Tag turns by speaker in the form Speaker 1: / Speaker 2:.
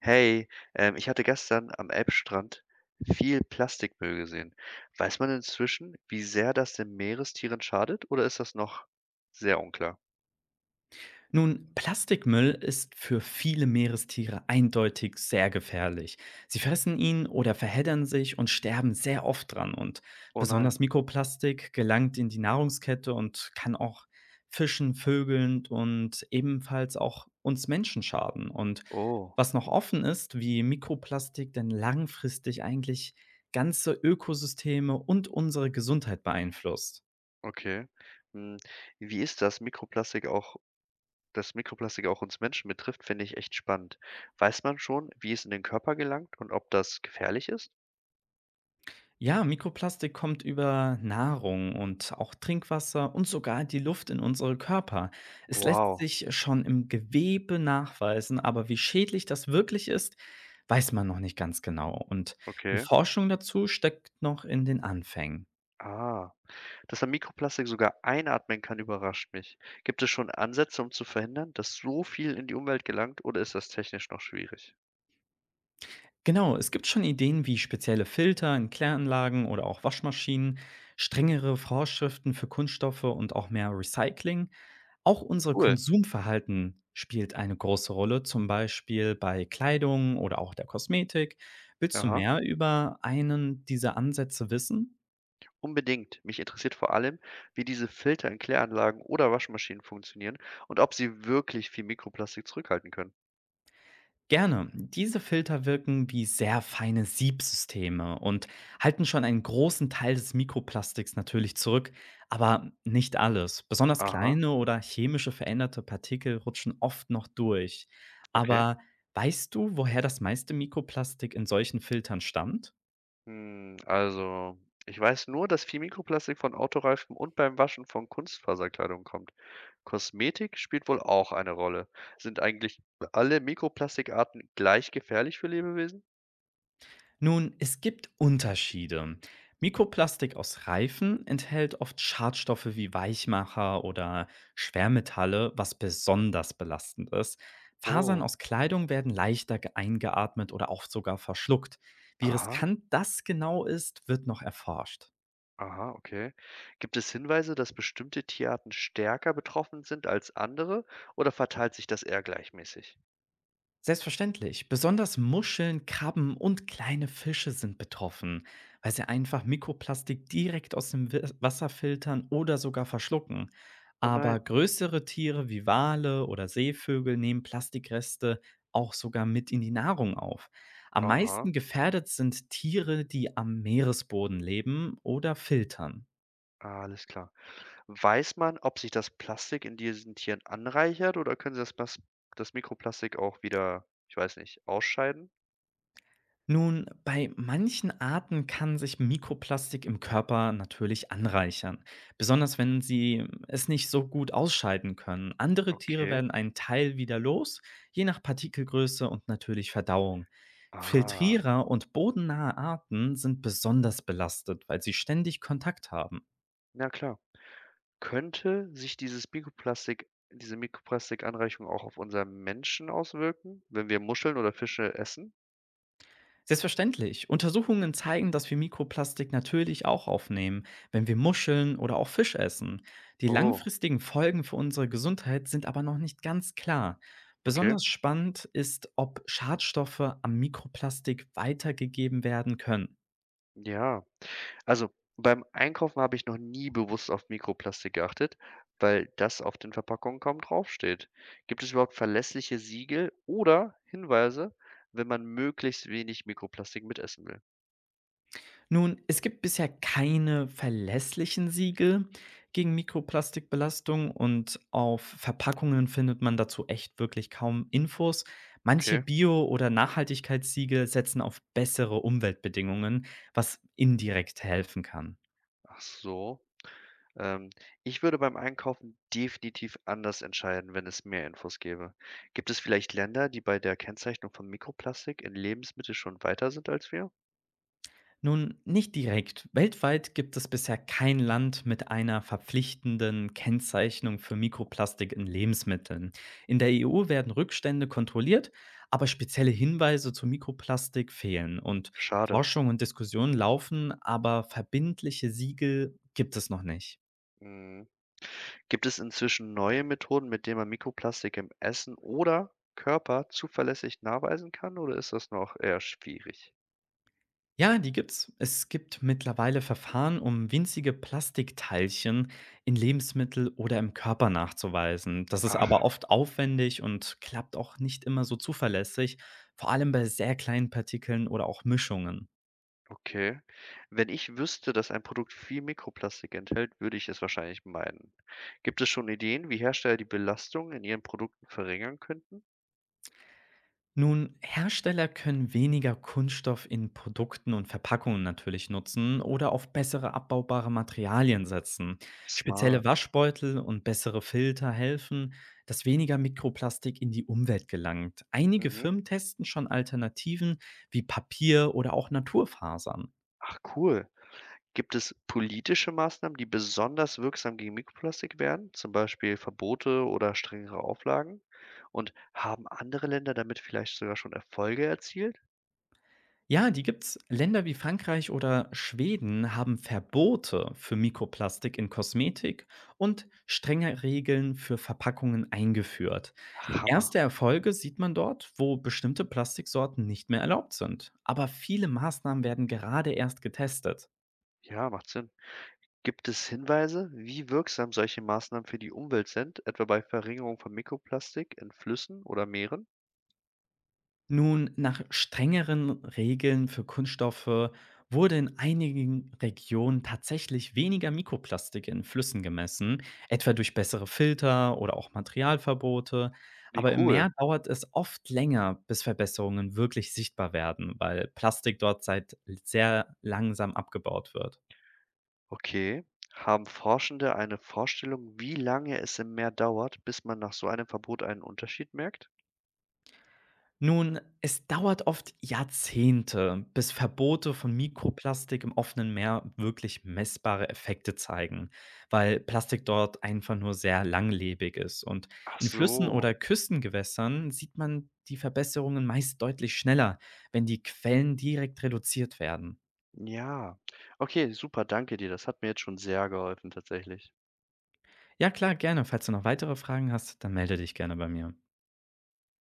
Speaker 1: Hey, ich hatte gestern am Elbstrand viel Plastikmüll gesehen. Weiß man inzwischen, wie sehr das den Meerestieren schadet, oder ist das noch sehr unklar?
Speaker 2: Nun, Plastikmüll ist für viele Meerestiere eindeutig sehr gefährlich. Sie fressen ihn oder verheddern sich und sterben sehr oft dran. Und
Speaker 1: Oh nein.
Speaker 2: besonders Mikroplastik gelangt in die Nahrungskette und kann auch Fischen, Vögeln und ebenfalls auch uns Menschen schaden. Und
Speaker 1: Oh,
Speaker 2: was noch offen ist, wie Mikroplastik denn langfristig eigentlich ganze Ökosysteme und unsere Gesundheit beeinflusst.
Speaker 1: okay. Hm, wie ist das Mikroplastik auch, dass Mikroplastik auch uns Menschen betrifft, finde ich echt spannend. Weiß man schon, wie es in den Körper gelangt und ob das gefährlich ist?
Speaker 2: Ja, Mikroplastik kommt über Nahrung und auch Trinkwasser und sogar die Luft in unsere Körper. Es lässt
Speaker 1: Wow,
Speaker 2: sich schon im Gewebe nachweisen, aber wie schädlich das wirklich ist, weiß man noch nicht ganz genau. Und die
Speaker 1: okay.
Speaker 2: Forschung dazu steckt noch in den Anfängen.
Speaker 1: Ah. Dass er Mikroplastik sogar einatmen kann, überrascht mich. Gibt es schon Ansätze, um zu verhindern, dass so viel in die Umwelt gelangt, oder ist das technisch noch schwierig?
Speaker 2: Genau, es gibt schon Ideen wie spezielle Filter in Kläranlagen oder auch Waschmaschinen, strengere Vorschriften für Kunststoffe und auch mehr Recycling. Auch unser
Speaker 1: Cool.
Speaker 2: Konsumverhalten spielt eine große Rolle, zum Beispiel bei Kleidung oder auch der Kosmetik. Willst du
Speaker 1: Aha.
Speaker 2: mehr über einen dieser Ansätze wissen?
Speaker 1: Unbedingt. Mich interessiert vor allem, wie diese Filter in Kläranlagen oder Waschmaschinen funktionieren und ob sie wirklich viel Mikroplastik zurückhalten können.
Speaker 2: Gerne. Diese Filter wirken wie sehr feine Siebsysteme und halten schon einen großen Teil des Mikroplastiks natürlich zurück, aber nicht alles. Besonders
Speaker 1: Aha,
Speaker 2: kleine oder chemische veränderte Partikel rutschen oft noch durch.
Speaker 1: okay.
Speaker 2: Aber weißt du, woher das meiste Mikroplastik in solchen Filtern stammt?
Speaker 1: Hm, also, ich weiß nur, dass viel Mikroplastik von Autoreifen und beim Waschen von Kunstfaserkleidung kommt. Kosmetik spielt wohl auch eine Rolle. Sind eigentlich alle Mikroplastikarten gleich gefährlich für Lebewesen?
Speaker 2: Nun, es gibt Unterschiede. Mikroplastik aus Reifen enthält oft Schadstoffe wie Weichmacher oder Schwermetalle, was besonders belastend ist. Fasern
Speaker 1: Oh,
Speaker 2: aus Kleidung werden leichter eingeatmet oder auch sogar verschluckt. Wie
Speaker 1: aha,
Speaker 2: riskant das genau ist, wird noch erforscht.
Speaker 1: aha, okay. Gibt es Hinweise, dass bestimmte Tierarten stärker betroffen sind als andere oder verteilt sich das eher gleichmäßig?
Speaker 2: Selbstverständlich. Besonders Muscheln, Krabben und kleine Fische sind betroffen, weil sie einfach Mikroplastik direkt aus dem Wasser filtern oder sogar verschlucken.
Speaker 1: Oh
Speaker 2: Aber
Speaker 1: nein.
Speaker 2: größere Tiere wie Wale oder Seevögel nehmen Plastikreste auch sogar mit in die Nahrung auf. Am
Speaker 1: Aha.
Speaker 2: meisten gefährdet sind Tiere, die am Meeresboden leben oder filtern.
Speaker 1: Ah, alles klar. Weiß man, ob sich das Plastik in diesen Tieren anreichert oder können sie das Mikroplastik auch wieder, ich weiß nicht, ausscheiden?
Speaker 2: Nun, bei manchen Arten kann sich Mikroplastik im Körper natürlich anreichern, besonders wenn sie es nicht so gut ausscheiden können. Andere Tiere
Speaker 1: Okay.
Speaker 2: werden einen Teil wieder los, je nach Partikelgröße und natürlich Verdauung.
Speaker 1: Ah,
Speaker 2: Filtrierer und bodennahe Arten sind besonders belastet, weil sie ständig Kontakt haben.
Speaker 1: na klar. Könnte sich diese Mikroplastikanreichung auch auf unseren Menschen auswirken, wenn wir Muscheln oder Fische essen?
Speaker 2: Selbstverständlich. Untersuchungen zeigen, dass wir Mikroplastik natürlich auch aufnehmen, wenn wir Muscheln oder auch Fisch essen. Die
Speaker 1: Oh,
Speaker 2: langfristigen Folgen für unsere Gesundheit sind aber noch nicht ganz klar.
Speaker 1: okay.
Speaker 2: Besonders spannend ist, ob Schadstoffe am Mikroplastik weitergegeben werden können.
Speaker 1: Ja, also beim Einkaufen habe ich noch nie bewusst auf Mikroplastik geachtet, weil das auf den Verpackungen kaum draufsteht. Gibt es überhaupt verlässliche Siegel oder Hinweise, wenn man möglichst wenig Mikroplastik mitessen will?
Speaker 2: Nun, es gibt bisher keine verlässlichen Siegel gegen Mikroplastikbelastung und auf Verpackungen findet man dazu echt wirklich kaum Infos. Manche
Speaker 1: Okay,
Speaker 2: Bio- oder Nachhaltigkeitssiegel setzen auf bessere Umweltbedingungen, was indirekt helfen kann.
Speaker 1: ach so. Ähm, Ich würde beim Einkaufen definitiv anders entscheiden, wenn es mehr Infos gäbe. Gibt es vielleicht Länder, die bei der Kennzeichnung von Mikroplastik in Lebensmitteln schon weiter sind als wir?
Speaker 2: Nun, nicht direkt. Weltweit gibt es bisher kein Land mit einer verpflichtenden Kennzeichnung für Mikroplastik in Lebensmitteln. In der EU werden Rückstände kontrolliert, aber spezielle Hinweise zu Mikroplastik fehlen. Und
Speaker 1: Schade.
Speaker 2: Forschung und Diskussionen laufen, aber verbindliche Siegel gibt es noch nicht.
Speaker 1: Mhm. Gibt es inzwischen neue Methoden, mit denen man Mikroplastik im Essen oder Körper zuverlässig nachweisen kann, oder ist das noch eher schwierig?
Speaker 2: Ja, die gibt's. Es gibt mittlerweile Verfahren, um winzige Plastikteilchen in Lebensmittel oder im Körper nachzuweisen. Das ist aber
Speaker 1: Ach,
Speaker 2: oft aufwendig und klappt auch nicht immer so zuverlässig, vor allem bei sehr kleinen Partikeln oder auch Mischungen.
Speaker 1: okay. Wenn ich wüsste, dass ein Produkt viel Mikroplastik enthält, würde ich es wahrscheinlich meiden. Gibt es schon Ideen, wie Hersteller die Belastung in ihren Produkten verringern könnten?
Speaker 2: Nun, Hersteller können weniger Kunststoff in Produkten und Verpackungen natürlich nutzen oder auf bessere abbaubare Materialien setzen. Spezielle
Speaker 1: Smart.
Speaker 2: Waschbeutel und bessere Filter helfen, dass weniger Mikroplastik in die Umwelt gelangt. Einige
Speaker 1: Mhm.
Speaker 2: Firmen testen schon Alternativen wie Papier oder auch Naturfasern.
Speaker 1: Ach, cool. Gibt es politische Maßnahmen, die besonders wirksam gegen Mikroplastik wären, zum Beispiel Verbote oder strengere Auflagen? Und haben andere Länder damit vielleicht sogar schon Erfolge erzielt?
Speaker 2: Ja, die gibt's. Länder wie Frankreich oder Schweden haben Verbote für Mikroplastik in Kosmetik und strenge Regeln für Verpackungen eingeführt.
Speaker 1: Hammer.
Speaker 2: Erste Erfolge sieht man dort, wo bestimmte Plastiksorten nicht mehr erlaubt sind. Aber viele Maßnahmen werden gerade erst getestet.
Speaker 1: Ja, macht Sinn. Gibt es Hinweise, wie wirksam solche Maßnahmen für die Umwelt sind, etwa bei Verringerung von Mikroplastik in Flüssen oder Meeren?
Speaker 2: Nun, nach strengeren Regeln für Kunststoffe wurde in einigen Regionen tatsächlich weniger Mikroplastik in Flüssen gemessen, etwa durch bessere Filter oder auch Materialverbote.
Speaker 1: Wie
Speaker 2: Aber im
Speaker 1: cool.
Speaker 2: Meer dauert es oft länger, bis Verbesserungen wirklich sichtbar werden, weil Plastik dort seit sehr langsam abgebaut wird.
Speaker 1: Okay. Haben Forschende eine Vorstellung, wie lange es im Meer dauert, bis man nach so einem Verbot einen Unterschied merkt?
Speaker 2: Nun, es dauert oft Jahrzehnte, bis Verbote von Mikroplastik im offenen Meer wirklich messbare Effekte zeigen, weil Plastik dort einfach nur sehr langlebig ist. Und
Speaker 1: Ach
Speaker 2: in Flüssen
Speaker 1: so.
Speaker 2: oder Küstengewässern sieht man die Verbesserungen meist deutlich schneller, wenn die Quellen direkt reduziert werden.
Speaker 1: Ja. Okay, super, danke dir. Das hat mir jetzt schon sehr geholfen tatsächlich.
Speaker 2: Ja klar, gerne. Falls du noch weitere Fragen hast, dann melde dich gerne bei mir.